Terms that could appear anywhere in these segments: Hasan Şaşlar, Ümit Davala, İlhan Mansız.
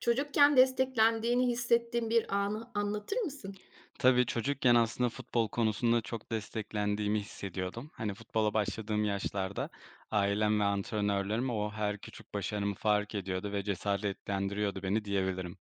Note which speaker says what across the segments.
Speaker 1: Çocukken desteklendiğini hissettiğin bir anı anlatır mısın?
Speaker 2: Tabii, çocukken aslında futbol konusunda çok desteklendiğimi hissediyordum. Hani, futbola başladığım yaşlarda ailem ve antrenörlerim o her küçük başarımı fark ediyordu ve cesaretlendiriyordu beni diyebilirim.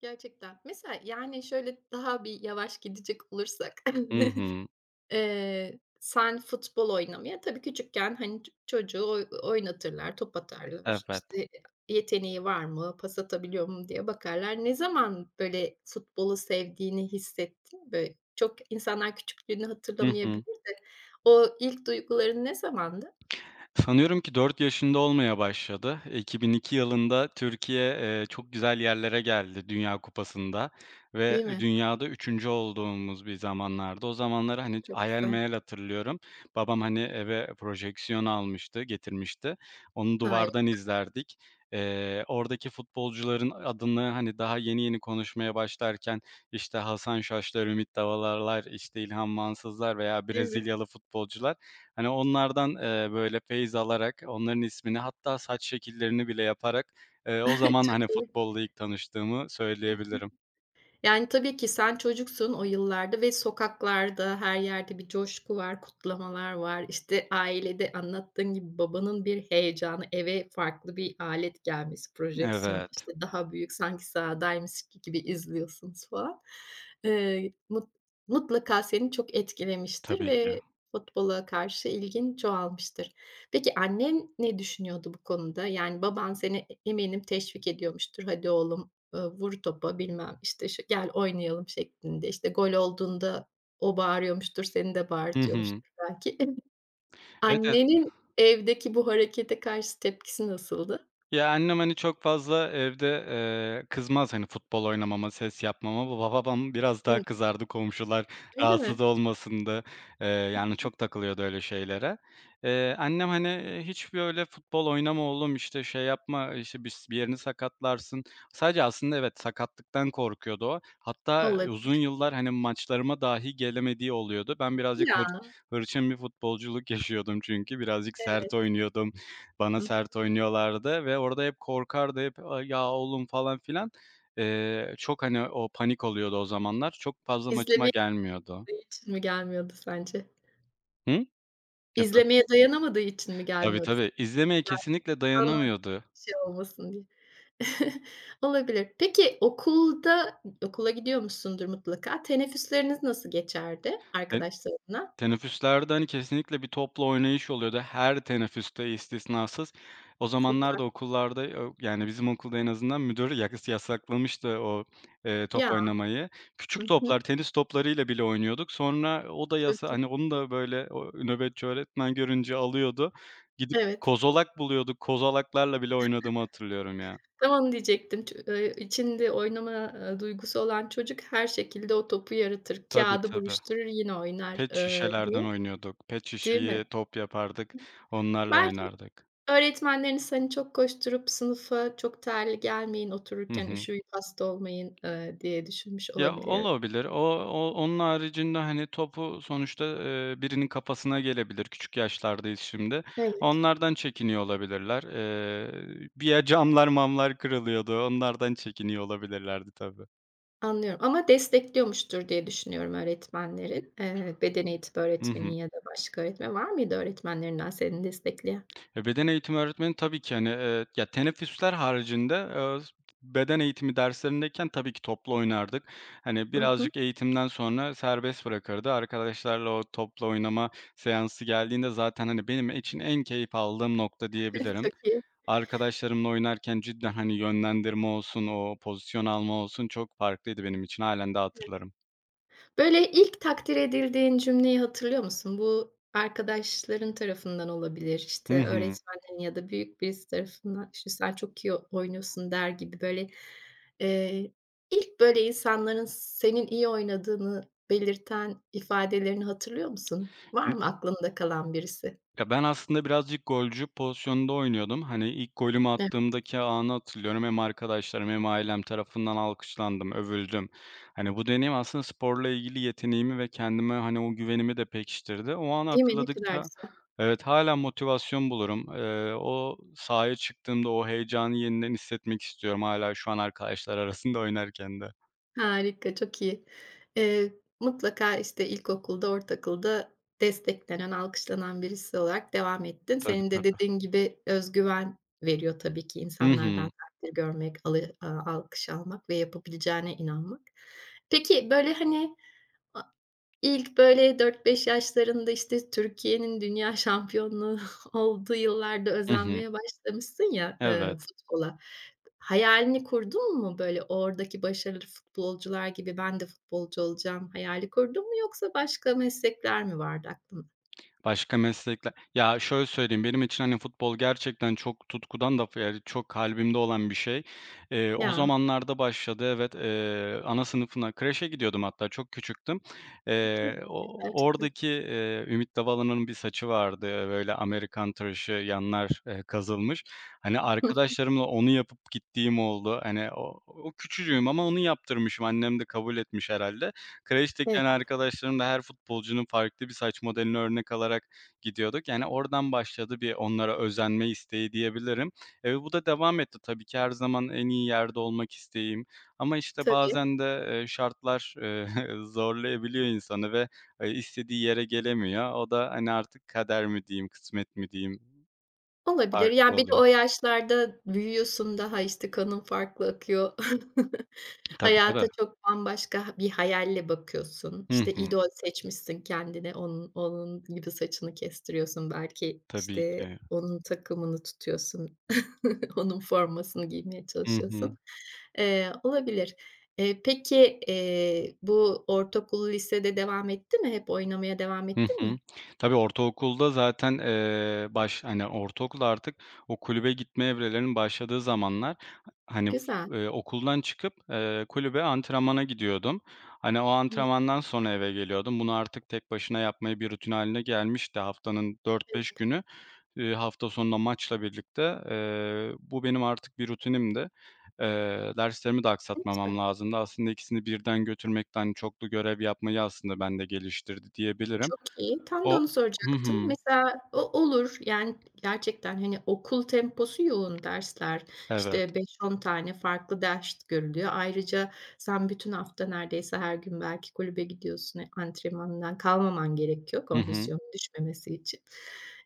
Speaker 1: Gerçekten. Mesela, yani, şöyle daha bir yavaş gidecek olursak,
Speaker 2: Hı hı.
Speaker 1: sen futbol oynamaya tabii küçükken, hani, çocuğu oynatırlar, top atarlar,
Speaker 2: Evet.
Speaker 1: işte, yeteneği var mı, pas atabiliyor mu diye bakarlar. Ne zaman böyle futbolu sevdiğini hissettin? Böyle çok insanlar küçüklüğünü
Speaker 2: Hı
Speaker 1: hatırlamayabilir
Speaker 2: hı.
Speaker 1: de o ilk duyguların ne zamandı?
Speaker 2: Sanıyorum ki 4 yaşında olmaya başladı. 2002 yılında Türkiye, çok güzel yerlere geldi Dünya Kupası'nda ve
Speaker 1: Değil mi?
Speaker 2: dünyada üçüncü olduğumuz bir zamanlarda. O zamanları, hani,
Speaker 1: Çok
Speaker 2: hayal
Speaker 1: güzel.
Speaker 2: meyal hatırlıyorum. Babam, hani, eve projeksiyon almıştı, getirmişti. Onu duvardan
Speaker 1: Harika,
Speaker 2: izlerdik. Oradaki futbolcuların adını, hani, daha yeni yeni konuşmaya başlarken, işte, Hasan Şaşlar, Ümit Davalarlar, işte, İlhan Mansızlar veya
Speaker 1: değil mi?
Speaker 2: Brezilyalı futbolcular. Hani, onlardan, böyle, feyz alarak, onların ismini hatta saç şekillerini bile yaparak, o zaman,
Speaker 1: Çok
Speaker 2: hani,
Speaker 1: iyi.
Speaker 2: futbolla ilk tanıştığımı
Speaker 1: Eh,
Speaker 2: söyleyebilirim.
Speaker 1: yani, tabii ki sen çocuksun o yıllarda ve sokaklarda, her yerde bir coşku var, kutlamalar var. İşte, ailede anlattığın gibi babanın bir heyecanı, eve farklı bir alet gelmesi, projeksiyon,
Speaker 2: Evet,
Speaker 1: işte, daha büyük sanki sahadaymış gibi izliyorsunuz falan. Eee, mut mutlaka seni çok etkilemiştir
Speaker 2: tabii ki.
Speaker 1: ve futbola karşı ilgin çoğalmıştır. Peki annen ne düşünüyordu bu konuda? Yani, baban seni eminim teşvik ediyormuştur. "Hadi oğlum, vur topa bilmem, işte, şu gel oynayalım şeklinde, işte, gol olduğunda o bağırıyormuştur, seni de
Speaker 2: Hı hı.
Speaker 1: bağırtıyormuştur belki.
Speaker 2: Evet, evet.
Speaker 1: Annenin evdeki bu harekete karşı tepkisi nasıldı?
Speaker 2: Ya, annem, hani, çok fazla evde, kızmaz, hani, futbol oynamama, ses yapmama. Bu babam biraz daha
Speaker 1: Hı,
Speaker 2: kızardı, komşular
Speaker 1: öyle
Speaker 2: rahatsız
Speaker 1: mi?
Speaker 2: olmasın da. Yani, çok takılıyordu öyle şeylere. Annem, hani, hiç böyle, "Futbol oynama oğlum, işte, şey yapma, işte, bir yerini sakatlarsın." Sadece aslında evet, sakatlıktan korkuyordu o. Hatta uzun
Speaker 1: Olabilir.
Speaker 2: yıllar, hani, maçlarıma dahi gelemediği oluyordu. Ben birazcık hır
Speaker 1: Ya,
Speaker 2: Hırçın bir futbolculuk yaşıyordum çünkü. Birazcık sert
Speaker 1: evet.
Speaker 2: oynuyordum. Bana
Speaker 1: Hı.
Speaker 2: sert oynuyorlardı ve orada hep korkardı, hep, "A, ya, oğlum." falan filan. Çok, hani, o panik oluyordu o zamanlar. Çok fazla maçıma
Speaker 1: İzlemeye
Speaker 2: gelmiyordu.
Speaker 1: dayanamadığı için mi gelmiyordu sence?
Speaker 2: Hı? Efendim?
Speaker 1: İzlemeye dayanamadığı için mi
Speaker 2: Tabii,
Speaker 1: gelmiyordu?
Speaker 2: tabii. İzlemeye
Speaker 1: Yani
Speaker 2: kesinlikle
Speaker 1: sana
Speaker 2: dayanamıyordu.
Speaker 1: şey olmasın diye. Olabilir. Peki okulda okula gidiyormuşsundur mutlaka. Teneffüsleriniz nasıl geçerdi
Speaker 2: E
Speaker 1: arkadaşlarınla?
Speaker 2: Teneffüslerde, hani, kesinlikle bir topla oynayış oluyordu her teneffüste istisnasız. O
Speaker 1: Süper.
Speaker 2: zamanlarda okullarda, o yani, bizim okulda en azından müdür yas yasaklamıştı o, top
Speaker 1: Ya,
Speaker 2: oynamayı. Küçük
Speaker 1: hı hı.
Speaker 2: toplar, tenis toplarıyla bile oynuyorduk. Sonra o da
Speaker 1: Çok
Speaker 2: yasa
Speaker 1: iyi.
Speaker 2: hani, onu da, böyle, o nöbetçi öğretmen görünce alıyordu. Gidip
Speaker 1: Evet,
Speaker 2: kozolak buluyorduk. Kozolaklarla bile oynadığımı hatırlıyorum ya.
Speaker 1: tam onu diyecektim. Ç içinde oynama, duygusu olan çocuk her şekilde o topu yaratır.
Speaker 2: Tabii,
Speaker 1: Kâğıdı
Speaker 2: tabii.
Speaker 1: buruşturur yine oynar,
Speaker 2: Pet
Speaker 1: diye,
Speaker 2: şişelerden oynuyorduk. Pet
Speaker 1: değil mi?
Speaker 2: şişeyi top yapardık, onlarla
Speaker 1: Belki
Speaker 2: oynardık.
Speaker 1: öğretmenleriniz, hani, çok koşturup sınıfa çok terli gelmeyin,
Speaker 2: Hı
Speaker 1: otururken
Speaker 2: hı.
Speaker 1: üşüyüp hasta olmayın, diye düşünmüş
Speaker 2: Ya,
Speaker 1: olabilir.
Speaker 2: olabilir. O onun haricinde, hani, topu sonuçta, birinin kafasına gelebilir. Küçük yaşlardayız şimdi.
Speaker 1: Evet,
Speaker 2: Onlardan çekiniyor olabilirler. Bir ya camlar mamlar kırılıyordu. Onlardan çekiniyor olabilirlerdi tabii.
Speaker 1: anlıyorum ama destekliyormuştur diye düşünüyorum öğretmenlerin. Beden eğitimi
Speaker 2: Hı
Speaker 1: öğretmenin
Speaker 2: hı.
Speaker 1: ya da başka öğretmen var mıydı öğretmenlerinden seni destekleyen?
Speaker 2: E, beden eğitimi öğretmeni tabii ki, hani, ya, teneffüsler haricinde, beden eğitimi derslerindeyken tabii ki topla oynardık. Hani,
Speaker 1: Hı hı.
Speaker 2: birazcık eğitimden sonra serbest bırakırdı. Arkadaşlarla o topla oynama seansı geldiğinde zaten, hani, benim için en keyif aldığım nokta diyebilirim.
Speaker 1: Çok iyi.
Speaker 2: Arkadaşlarımla oynarken cidden, hani, yönlendirme olsun, o pozisyon alma olsun çok farklıydı benim için. Halen de hatırlarım.
Speaker 1: Böyle ilk takdir edildiğin cümleyi hatırlıyor musun? Bu arkadaşların tarafından olabilir,
Speaker 2: Hı
Speaker 1: işte,
Speaker 2: hı.
Speaker 1: öğretmenlerin ya da büyük birisi tarafından, işte, "Sen çok iyi oynuyorsun." der gibi böyle, eee, ilk böyle insanların senin iyi oynadığını belirten ifadelerini hatırlıyor musun? Var mı aklında kalan birisi?
Speaker 2: Ya, ben aslında birazcık golcü pozisyonunda oynuyordum. Hani, ilk golümü
Speaker 1: Evet,
Speaker 2: attığımdaki anı hatırlıyorum. Hem arkadaşlarım hem ailem tarafından alkışlandım, övüldüm. Hani, bu deneyim aslında sporla ilgili yeteneğimi ve kendime, hani, o güvenimi de pekiştirdi. O anı
Speaker 1: değil mi? Ne kadar
Speaker 2: hatırladıkça
Speaker 1: güzel.
Speaker 2: evet, hala motivasyon bulurum. O sahaya çıktığımda o heyecanı yeniden hissetmek istiyorum. Hala şu an arkadaşlar arasında oynarken de.
Speaker 1: Harika, çok iyi. Eee, mutlaka, işte, ilkokulda, ortaokulda desteklenen, alkışlanan birisi olarak devam ettin.
Speaker 2: Tabii,
Speaker 1: Senin de
Speaker 2: tabii.
Speaker 1: dediğin gibi özgüven veriyor tabii ki
Speaker 2: Hı hı.
Speaker 1: insanlardan takdir görmek, alkış almak ve yapabileceğine inanmak. Peki, böyle, hani, İlk böyle 4-5 yaşlarında, işte, Türkiye'nin dünya şampiyonluğu olduğu yıllarda
Speaker 2: Hı hı.
Speaker 1: özenmeye başlamışsın ya,
Speaker 2: Evet.
Speaker 1: futbola. Hayalini kurdun mu böyle oradaki başarılı futbolcular gibi ben de futbolcu olacağım hayali kurdun mu yoksa başka meslekler mi vardı aklında?
Speaker 2: Başka meslekler. Ya, şöyle söyleyeyim, benim için, hani, futbol gerçekten çok tutkudan da yani, çok kalbimde olan bir şey. O
Speaker 1: Ya,
Speaker 2: zamanlarda başladı, evet. Ana sınıfına, kreşe gidiyordum hatta, çok küçüktüm.
Speaker 1: çok güzel gerçekten.
Speaker 2: Oradaki, Ümit Davala'nın bir saçı vardı, böyle Amerikan tıraşı, yanlar, kazılmış. Hani, arkadaşlarımla onu yapıp gittiğim oldu. Hani, o küçücüğüm ama onu yaptırmışım, annem de kabul etmiş herhalde.
Speaker 1: Evet,
Speaker 2: Kreşteken arkadaşlarımla her futbolcunun farklı bir saç modelini örnek alarak gidiyorduk. Yani oradan başladı bir onlara özenme isteği diyebilirim. Bu da devam etti. Tabii ki her zaman en iyi yerde olmak isteğim ama, işte,
Speaker 1: tabii.
Speaker 2: bazen de, şartlar, zorlayabiliyor insanı ve, istediği yere gelemiyor. O da, hani, artık kader mi diyeyim, kısmet mi diyeyim,
Speaker 1: Olabilir.
Speaker 2: farklı
Speaker 1: Yani, bir de
Speaker 2: oluyor.
Speaker 1: o yaşlarda büyüyorsun daha, işte, kanın farklı akıyor.
Speaker 2: Tabii, tabii.
Speaker 1: Hayata çok bambaşka bir hayalle bakıyorsun.
Speaker 2: Hı
Speaker 1: İşte,
Speaker 2: hı.
Speaker 1: idol seçmişsin kendine, onun gibi saçını kestiriyorsun belki,
Speaker 2: Tabii
Speaker 1: işte,
Speaker 2: ki.
Speaker 1: onun takımını tutuyorsun, onun formasını giymeye
Speaker 2: Hı hı.
Speaker 1: çalışıyorsun. Olabilir. Peki, bu ortaokul, lisede devam etti mi? Hep oynamaya devam
Speaker 2: Hı
Speaker 1: ettin
Speaker 2: hı.
Speaker 1: mi?
Speaker 2: Tabii ortaokulda zaten, ortaokul artık o kulübe gitme evrelerinin başladığı zamanlar. Hani, f
Speaker 1: Güzel.
Speaker 2: okuldan çıkıp, kulübe antrenmana gidiyordum. Hani, o
Speaker 1: Hımm.
Speaker 2: antrenmandan sonra eve geliyordum. Bunu artık tek başına yapmayı bir rutin haline gelmişti. Haftanın dört beş günü, hafta sonunda maçla birlikte, bu benim artık bir rutinimdi. Derslerimi de aksatmamam
Speaker 1: Evet.
Speaker 2: lazımdı. Aslında ikisini birden götürmekten çoklu görev yapmayı aslında bende geliştirdi diyebilirim.
Speaker 1: Çok iyi. Tam da
Speaker 2: O.
Speaker 1: onu
Speaker 2: Hı
Speaker 1: soracaktım.
Speaker 2: hı.
Speaker 1: Mesela o olur, yani, gerçekten, hani, okul temposu yoğun dersler.
Speaker 2: Evet.
Speaker 1: İşte 5-10 tane farklı ders görülüyor. Ayrıca sen bütün hafta neredeyse her gün belki kulübe gidiyorsun. E, antrenmanından kalmaman gerekiyor
Speaker 2: Hı hı.
Speaker 1: kondisyonun düşmemesi için.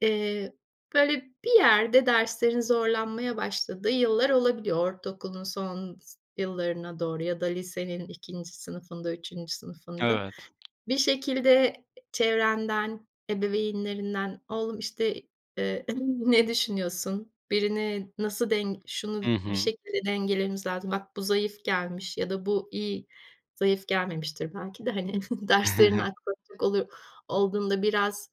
Speaker 1: Eee, böyle bir yerde derslerin zorlanmaya başladığı yıllar olabiliyor. Ortaokulun son yıllarına doğru ya da lisenin ikinci sınıfında, üçüncü sınıfında.
Speaker 2: Evet.
Speaker 1: Bir şekilde çevrenden, ebeveynlerinden, "Oğlum, işte, ne düşünüyorsun? Birini nasıl den
Speaker 2: Hı
Speaker 1: şunu bir
Speaker 2: hı.
Speaker 1: şekilde dengelememiz lazım. Bak, bu zayıf gelmiş ya da bu iyi." Zayıf gelmemiştir belki de, hani, derslerini aktaracak olduğunda biraz,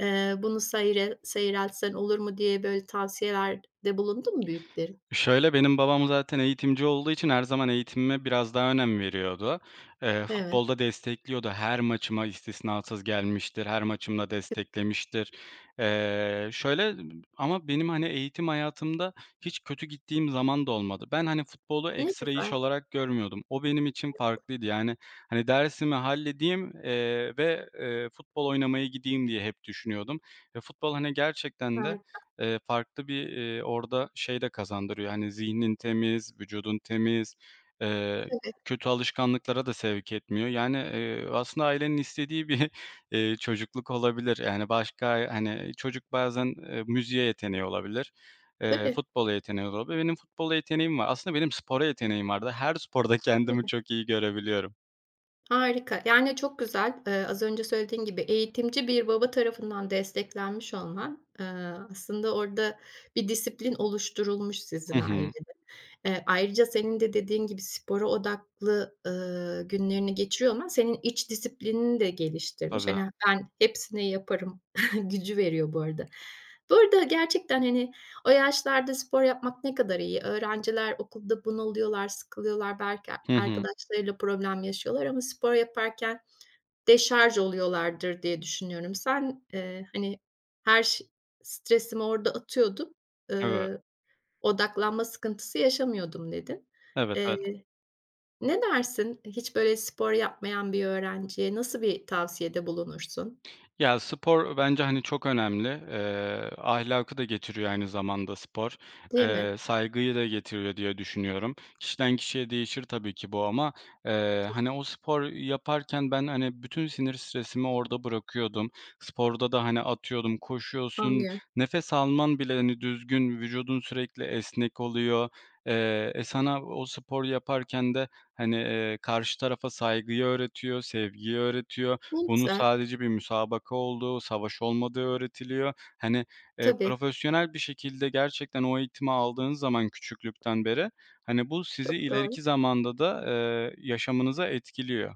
Speaker 1: "Bunu seyreltsen olur mu?" diye böyle tavsiyelerde bulundu mu büyüklerin?
Speaker 2: Şöyle, benim babam zaten eğitimci olduğu için her zaman eğitimime biraz daha önem veriyordu.
Speaker 1: Evet.
Speaker 2: Futbolda destekliyordu. Her maçıma istisnasız gelmiştir, her maçımda desteklemiştir. Şöyle ama benim, hani, eğitim hayatımda hiç kötü gittiğim zaman da olmadı. Ben, hani, futbolu
Speaker 1: Ne
Speaker 2: ekstra iş
Speaker 1: güzel.
Speaker 2: olarak görmüyordum. O benim için farklıydı. Yani, hani, dersimi halledeyim, ve, futbol oynamaya gideyim diye hep düşünüyordum ve futbol, hani, gerçekten de,
Speaker 1: Harika.
Speaker 2: Farklı bir, orada şey de kazandırıyor, hani, zihnin temiz, vücudun temiz, eee,
Speaker 1: Evet,
Speaker 2: kötü alışkanlıklara da sevk etmiyor. Yani, aslında ailenin istediği bir, çocukluk olabilir. Yani, başka, hani, çocuk bazen, müziğe yeteneği olabilir,
Speaker 1: tabii,
Speaker 2: futbola yeteneği olabilir. Benim futbola yeteneğim var. Aslında benim spora yeteneğim var da her sporda kendimi
Speaker 1: tabii.
Speaker 2: çok iyi görebiliyorum.
Speaker 1: Harika. Yani, çok güzel. Az önce söylediğin gibi eğitimci bir baba tarafından desteklenmiş olman, aslında orada bir disiplin oluşturulmuş
Speaker 2: Hı
Speaker 1: sizin
Speaker 2: hı.
Speaker 1: ailede. Ayrıca senin de dediğin gibi spora odaklı, günlerini geçiriyor olman senin iç disiplinini de geliştirmiş.
Speaker 2: Tabii.
Speaker 1: Hani, "Ben hepsini yaparım." gücü veriyor bu arada. Bu arada gerçekten, hani, o yaşlarda spor yapmak ne kadar iyi? Öğrenciler okulda bunalıyorlar, sıkılıyorlar, belki
Speaker 2: Hı hı.
Speaker 1: arkadaşlarıyla problem yaşıyorlar ama spor yaparken deşarj oluyorlardır diye düşünüyorum. Sen, hani, her ş stresimi orada atıyordum,
Speaker 2: Evet.
Speaker 1: ııı, "Odaklanma sıkıntısı yaşamıyordum." dedin.
Speaker 2: Evet, evet.
Speaker 1: Eee, ne dersin hiç böyle spor yapmayan bir öğrenciye nasıl bir tavsiyede bulunursun?
Speaker 2: Ya, spor bence, hani, çok önemli. Ahlakı da getiriyor aynı zamanda spor.
Speaker 1: Değil mi?
Speaker 2: Saygıyı da getiriyor diye düşünüyorum. Kişiden kişiye değişir tabii ki bu ama,
Speaker 1: Tabii,
Speaker 2: hani, o spor yaparken ben, hani, bütün sinir stresimi orada bırakıyordum. Sporda da, hani, atıyordum, koşuyorsun,
Speaker 1: anlıyorum.
Speaker 2: nefes alman bile, hani, düzgün, vücudun sürekli esnek oluyor. Sana o spor yaparken de, hani, karşı tarafa saygıyı öğretiyor, sevgiyi öğretiyor.
Speaker 1: Ne
Speaker 2: Bunun
Speaker 1: güzel.
Speaker 2: sadece bir müsabaka olduğu, savaş olmadığı öğretiliyor. Hani,
Speaker 1: Tabii,
Speaker 2: profesyonel bir şekilde gerçekten o eğitimi aldığınız zaman küçüklükten beri, hani, bu sizi
Speaker 1: çok doğru.
Speaker 2: ileriki zamanda da, yaşamınıza etkiliyor.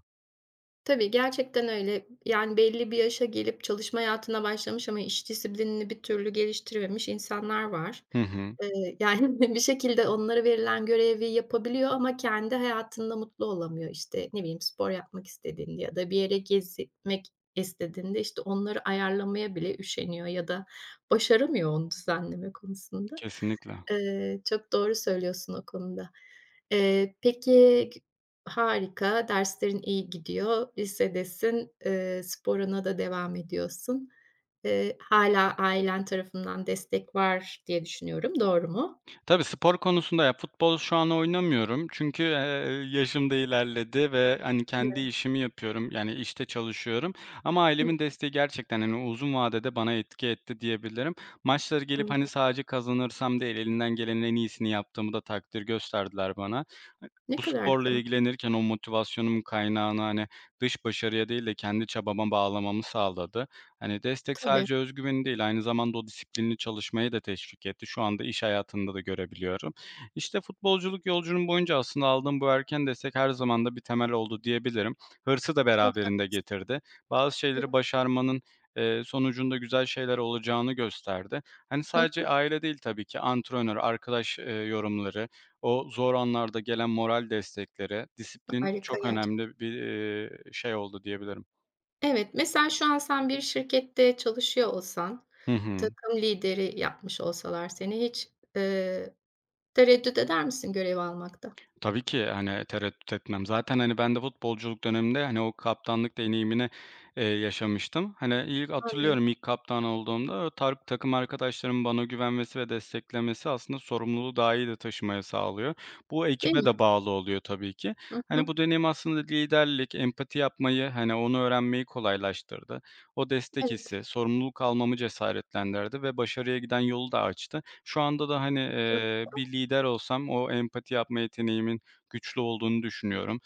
Speaker 1: Tabii, gerçekten öyle. Yani belli bir yaşa gelip çalışma hayatına başlamış ama iş disiplinini bir türlü geliştirememiş insanlar var.
Speaker 2: Hı hı.
Speaker 1: Yani bir şekilde onlara verilen görevi yapabiliyor ama kendi hayatında mutlu olamıyor. İşte, ne bileyim, spor yapmak istediğinde ya da bir yere gezmek istediğinde, işte, onları ayarlamaya bile üşeniyor ya da başaramıyor onu düzenleme konusunda.
Speaker 2: Kesinlikle.
Speaker 1: Çok doğru söylüyorsun o konuda. Peki g harika, derslerin iyi gidiyor, lisedesin, sporuna da devam ediyorsun. Hâlâ ailen tarafından destek var diye düşünüyorum. Doğru mu?
Speaker 2: Tabii, spor konusunda ya futbol şu an oynamıyorum çünkü, yaşım da ilerledi ve, hani, kendi
Speaker 1: Evet.
Speaker 2: işimi yapıyorum, yani, işte çalışıyorum ama
Speaker 1: Hı,
Speaker 2: ailemin desteği gerçekten, hani, uzun vadede bana etki etti diyebilirim. Maçlara gelip, hani,
Speaker 1: anladım.
Speaker 2: sadece kazanırsam değil, elinden gelenin en iyisini yaptığımı da takdir gösterdiler bana. Bu
Speaker 1: Ne kadar
Speaker 2: sporla
Speaker 1: güzel.
Speaker 2: ilgilenirken o motivasyonumun kaynağını, hani, dış başarıya değil de kendi çabama bağlamamı sağladı. Hani, destek
Speaker 1: Tabii.
Speaker 2: sadece öz değil, aynı zamanda o disiplinli çalışmayı da teşvik etti. Şu anda iş hayatında da görebiliyorum. İşte, futbolculuk yolculuğum boyunca aslında aldığım bu erken destek her zaman da bir temel oldu diyebilirim. Hırsı da
Speaker 1: Çok
Speaker 2: beraberinde getirdi. Bazı şeyleri
Speaker 1: haklıyım.
Speaker 2: başarmanın, sonucunda güzel şeyler olacağını gösterdi. Hani,
Speaker 1: Hı
Speaker 2: sadece
Speaker 1: hı.
Speaker 2: aile değil tabii ki, antrenör, arkadaş, yorumları, o zor anlarda gelen moral desteklere, disiplin
Speaker 1: Harika
Speaker 2: çok
Speaker 1: gerçekten.
Speaker 2: önemli bir, şey oldu diyebilirim.
Speaker 1: Evet, mesela şu an sen bir şirkette çalışıyor olsan,
Speaker 2: Hı hı.
Speaker 1: takım lideri yapmış olsalar seni hiç, tereddüt eder misin görev almakta?
Speaker 2: Tabii ki, hani, tereddüt etmem. Zaten, hani, ben de futbolculuk döneminde, hani, o kaptanlık deneyimini, yaşamıştım. Hani, ilk
Speaker 1: Aynen,
Speaker 2: hatırlıyorum ilk kaptan olduğumda takım arkadaşlarımın bana güvenmesi ve desteklemesi aslında sorumluluğu daha iyi de taşımaya sağlıyor. Bu
Speaker 1: değil
Speaker 2: ekibe
Speaker 1: mi?
Speaker 2: de bağlı oluyor tabii ki.
Speaker 1: Hı
Speaker 2: Hani,
Speaker 1: hı.
Speaker 2: bu deneyim aslında liderlik, empati yapmayı, hani, onu öğrenmeyi kolaylaştırdı. O destek
Speaker 1: Evet,
Speaker 2: hissi sorumluluk almamı cesaretlendirdi ve başarıya giden yolu da açtı. Şu anda da, hani,
Speaker 1: çok
Speaker 2: bir lider olsam o empati yapma yeteneğimin güçlü olduğunu düşünüyorum.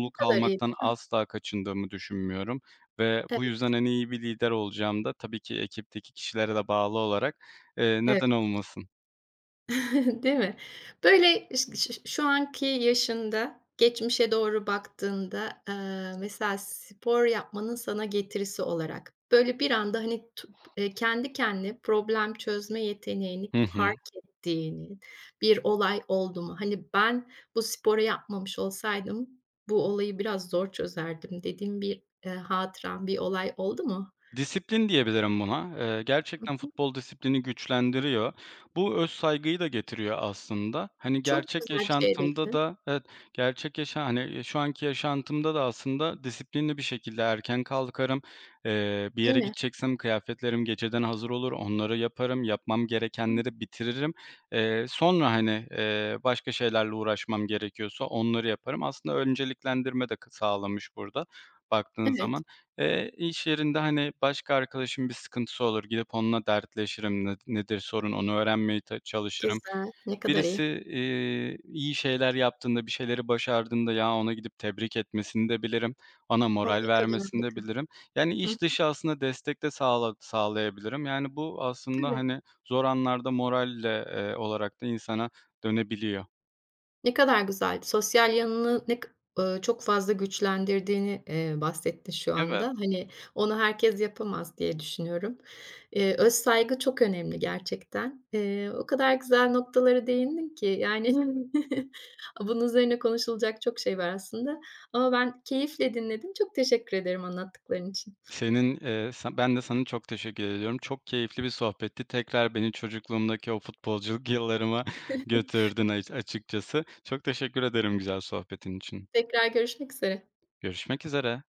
Speaker 1: ne kadar
Speaker 2: almaktan
Speaker 1: iyiydi.
Speaker 2: asla kaçındığımı düşünmüyorum ve bu
Speaker 1: Evet,
Speaker 2: yüzden, hani, iyi bir lider olacağım da tabii ki ekipteki kişilere de bağlı olarak,
Speaker 1: evet.
Speaker 2: neden olmasın?
Speaker 1: Değil mi? Böyle ş ş şu anki yaşında geçmişe doğru baktığında, mesela spor yapmanın sana getirisi olarak böyle bir anda, hani, tu kendi kendine problem çözme yeteneğini
Speaker 2: Hı hı.
Speaker 1: fark ettiğini bir olay oldu mu? Hani, "Ben bu sporu yapmamış olsaydım bu olayı biraz zor çözerdim." dediğin bir, hatıran, bir olay oldu mu?
Speaker 2: Disiplin diyebilirim buna. Gerçekten futbol disiplini güçlendiriyor. Bu öz saygıyı da getiriyor aslında. Hani
Speaker 1: Çok
Speaker 2: gerçek
Speaker 1: güzel bir şeye
Speaker 2: yaşantımda
Speaker 1: değindin,
Speaker 2: da evet, gerçek yaşa hani e, şu anki yaşantımda da aslında disiplinli bir şekilde erken kalkarım. Bir
Speaker 1: değil
Speaker 2: yere
Speaker 1: mi?
Speaker 2: gideceksem kıyafetlerim geceden hazır olur, onları yaparım, yapmam
Speaker 1: Hı,
Speaker 2: gerekenleri bitiririm. Sonra, hani, başka şeylerle uğraşmam gerekiyorsa onları yaparım. Aslında önceliklendirme de sağlamış burada baktığın
Speaker 1: evet.
Speaker 2: zaman. İş yerinde, hani, başka arkadaşım bir sıkıntısı olur, gidip onunla dertleşirim, nedir sorun onu öğrenmeye çalışırım.
Speaker 1: Güzel, ne kadar
Speaker 2: Birisi,
Speaker 1: iyi.
Speaker 2: iyi şeyler yaptığında, bir şeyleri başardığında, ya, ona gidip tebrik etmesini de bilirim, ona
Speaker 1: A,
Speaker 2: moral
Speaker 1: ne kadar
Speaker 2: vermesini de
Speaker 1: harika.
Speaker 2: bilirim. Yani
Speaker 1: Hı,
Speaker 2: iş dışı aslında destek de sağlayabilirim. Yani bu aslında,
Speaker 1: tabii.
Speaker 2: hani, zor anlarda moralle olarak da insana dönebiliyor.
Speaker 1: Ne kadar güzel. Sosyal yanını ne k çok fazla güçlendirdiğini, bahsettin şu
Speaker 2: Evet.
Speaker 1: anda. Hani, onu herkes yapamaz diye düşünüyorum. Öz saygı çok önemli gerçekten. O kadar güzel noktalara değindin ki yani bunun üzerine konuşulacak çok şey var aslında ama ben keyifle dinledim. Çok teşekkür ederim anlattıkların için.
Speaker 2: Senin, sen Ben de sana çok teşekkür ediyorum. Çok keyifli bir sohbetti. Tekrar beni çocukluğumdaki o futbolculuk yıllarıma götürdün açıkçası. Çok teşekkür ederim güzel sohbetin için.
Speaker 1: Tekrar görüşmek üzere.
Speaker 2: Görüşmek üzere.